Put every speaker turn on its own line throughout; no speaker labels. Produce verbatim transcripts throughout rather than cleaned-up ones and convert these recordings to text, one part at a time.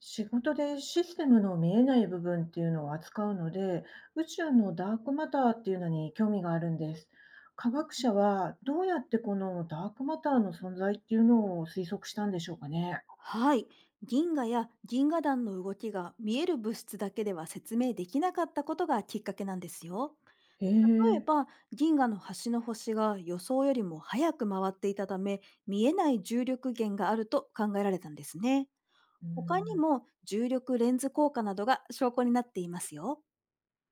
仕事でシステムの見えない部分っていうのを扱うので、宇宙のダークマターっていうのに興味があるんです。科学者はどうやってこのダークマターの存在っていうのを推測したんでしょうかね。
はい。銀河や銀河団の動きが見える物質だけでは説明できなかったことがきっかけなんですよ。
へ
例え
え、
ば銀河の端の星が予想よりも早く回っていたため、見えない重力源があると考えられたんですね。
う
他に
ん、
も重力レンズ効果などが証拠になっていますよ。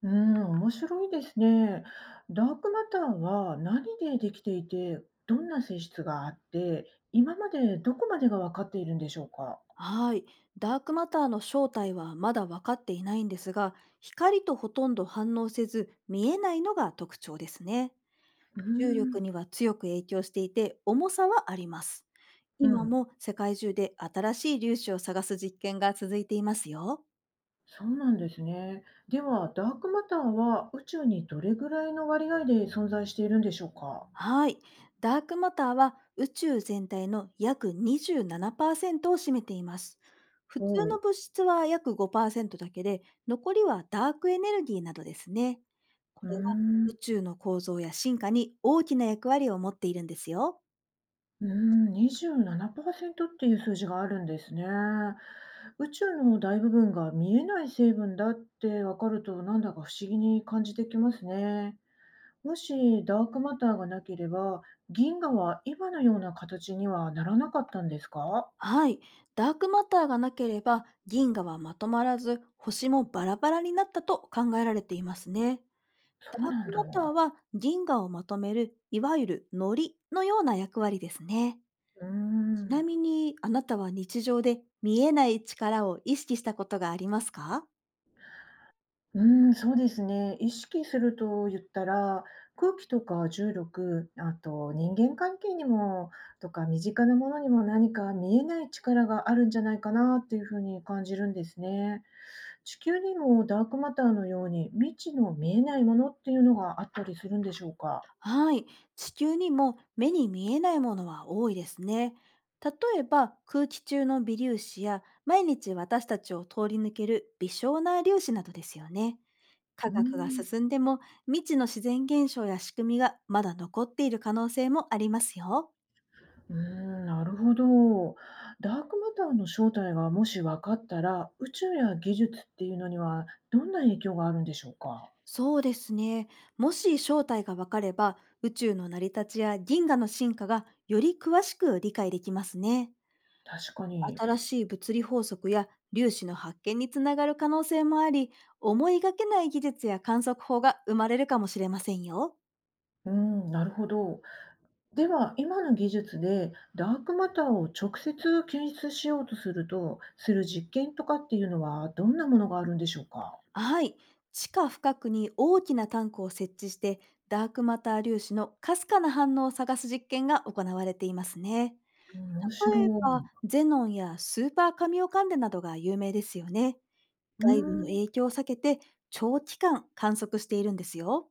うん、面白いですね。ダークマターは何でできていて、どんな性質があって、今までどこまでが分かっているんでしょうか。
はい。ダークマターの正体はまだ分かっていないんですが、光とほとんど反応せず見えないのが特徴ですね。
う
重力
ん、
には強く影響していて、重さはあります。
う
今
ん、
も世界中で新しい粒子を探す実験が続いていますよ。
そうなんですね。では、ダークマターは宇宙にどれぐらいの割合で存在しているんでしょうか？
はい。ダークマターは宇宙全体の約にじゅうななパーセントを占めています。普通
お
の
う。
物質は約ごパーセントだけで、残りはダークエネルギーなどですね。こ
うー
れは
ん、
宇
う
宙の構造や進化に大きな役割を持っているんですよ。
ーん、にじゅうななパーセントっていう数字があるんですね。宇宙の大部分が見えない成分だってわかると、なんだか不思議に感じてきますね。もしダークマターがなければ、銀河は今のような形にはならなかったんですか？
はい。ダークマターがなければ、銀河はまとまらず星もバラバラになったと考えられていますね。
そ
ダ
う
ー
な
ク
んだ。
マターは銀河をまとめる、いわゆる糊のような役割ですね。
うー
ちな
ん。
みに、あなたは日常で見えない力を意識したことがありますか？
うん、そうですね。意識すると言ったら、空気とか重力、あと人間関係にもとか、身近なものにも何か見えない力があるんじゃないかなっていうふうに感じるんですね。地球にもダークマターのように未知の見えないものっていうのがあったりするんでしょうか。
はい。地球にも目に見えないものは多いですね。例えば、空気中の微粒子や毎日私たちを通り抜ける微小な粒子などですよね。科
う
学が
ん、
進んでも、未知の自然現象や仕組みがまだ残っている可能性もありますよ。
うーん、なるほど。ダークマターの正体がもし分かったら、宇宙や技術っていうのにはどんな影響があるんでしょうか。
そうですね。もし正体が分かれば、宇宙の成り立ちや銀河の進化がより詳しく理解できますね。
確かに。
新しい物理法則や粒子の発見につながる可能性もあり、思いがけない技術や観測法が生まれるかもしれませんよ。
うん、なるほど。では、今の技術でダークマターを直接検出しようとすると、する実験とかっていうのはどんなものがあるんでしょうか？
はい。地下深くに大きなタンクを設置して、ダークマター粒子のかすかな反応を探す実験が行われていますね。
うん、面白
例えば、
い。
ゼノンやスーパーカミオカンデなどが有名ですよね。
う
外部
ー
の
ん、
影響を避けて、長期間観測しているんですよ。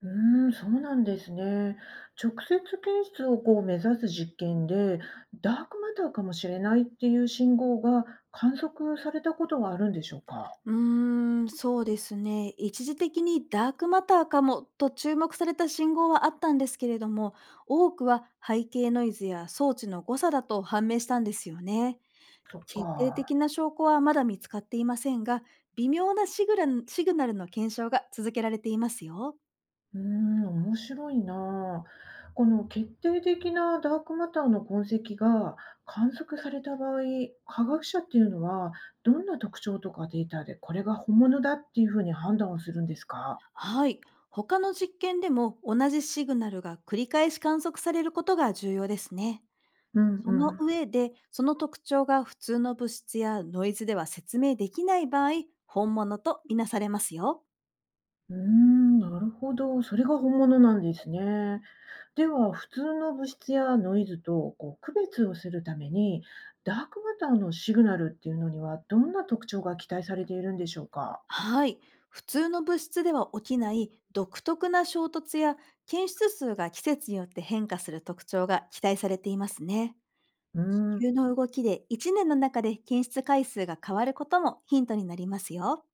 うん、そうなんですね。直接検出をこう目指す実験で、ダークマターかもしれないっていう信号が観測されたことはあるんでしょうか？
うーん、そうですね。一時的にダークマターかもと注目された信号はあったんですけれども、多くは背景ノイズや装置の誤差だと判明したんですよね。
そっ
決定
か。
的な証拠はまだ見つかっていませんが、微妙なシグランシグナルの検証が続けられていますよ。
うーん、面白いなあ。この決定的なダークマターの痕跡が観測された場合、科学者っていうのはどんな特徴とかデータでこれが本物だっていうふうに判断をするんですか？
はい。他の実験でも同じシグナルが繰り返し観測されることが重要ですね。
うん
そ
う
の
ん。
上で、その特徴が普通の物質やノイズでは説明できない場合、本物とみなされますよ。
うーん、なるほど。それが本物なんですね。では、普通の物質やノイズとこう区別をするために、ダークマターのシグナルっていうのにはどんな特徴が期待されているんでしょうか？
はい。普通の物質では起きない独特な衝突や検出数が季節によって変化する特徴が期待されていますね。
うーん。
地球の動きでいちねんの中で検出回数が変わることもヒントになりますよ。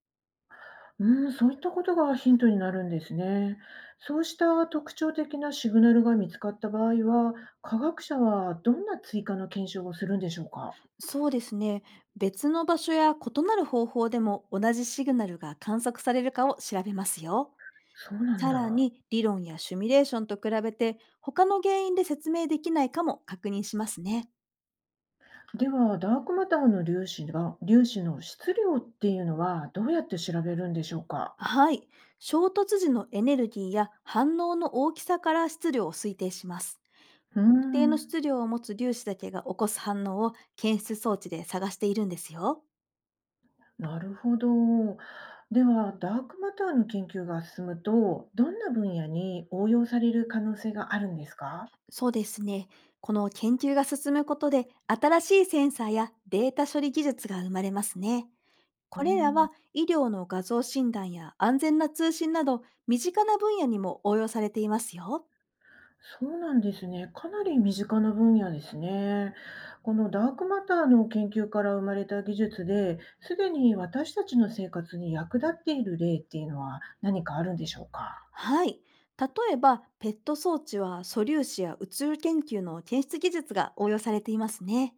うん、そういったことがヒントになるんですね。そうした特徴的なシグナルが見つかった場合は、科学者はどんな追加の検証をするんでしょうか。
そうですね。別の場所や異なる方法でも同じシグナルが観測されるかを調べますよ。
そうなん
さら
だ。
に、理論やシミュレーションと比べて他の原因で説明できないかも確認しますね。
では、ダークマターの粒子が、粒子の質量っていうのはどうやって調べるんでしょうか。
はい。衝突時のエネルギーや反応の大きさから質量を推定します。
うー
特定の
ん、
質量を持つ粒子だけが起こす反応を検出装置で探しているんですよ。
なるほど。では、ダークマターの研究が進むと、どんな分野に応用される可能性があるんですか。
そうですね。この研究が進むことで、新しいセンサーやデータ処理技術が生まれますね。
うー
これら
ん、
は医療の画像診断や安全な通信など、身近な分野にも応用されていますよ。
そうなんですね。かなり身近な分野ですね。このダークマターの研究から生まれた技術で、すでに私たちの生活に役立っている例っていうのは何かあるんでしょうか？
はい。例えば、ペット装置は素粒子や宇宙研究の検出技術が応用されていますね。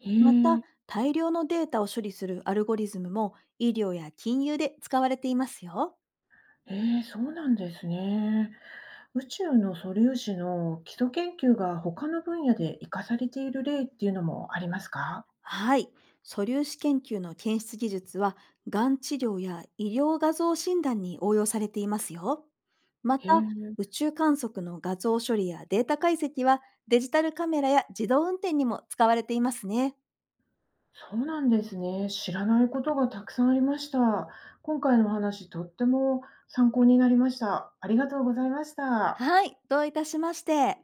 へ
また、
え、
大量のデータを処理するアルゴリズムも医療や金融で使われていますよ。
へえ、そうなんですね。宇宙の素粒子の基礎研究が他の分野で活かされている例っていうのもありますか？
はい。素粒子研究の検出技術は、がん治療や医療画像診断に応用されていますよ。また、
へ
宇
え。
宙観測の画像処理やデータ解析は、デジタルカメラや自動運転にも使われていますね。
そうなんですね。知らないことがたくさんありました。今回のお話、とっても参考になりました。ありがとうございました。
はい。どういたしまして。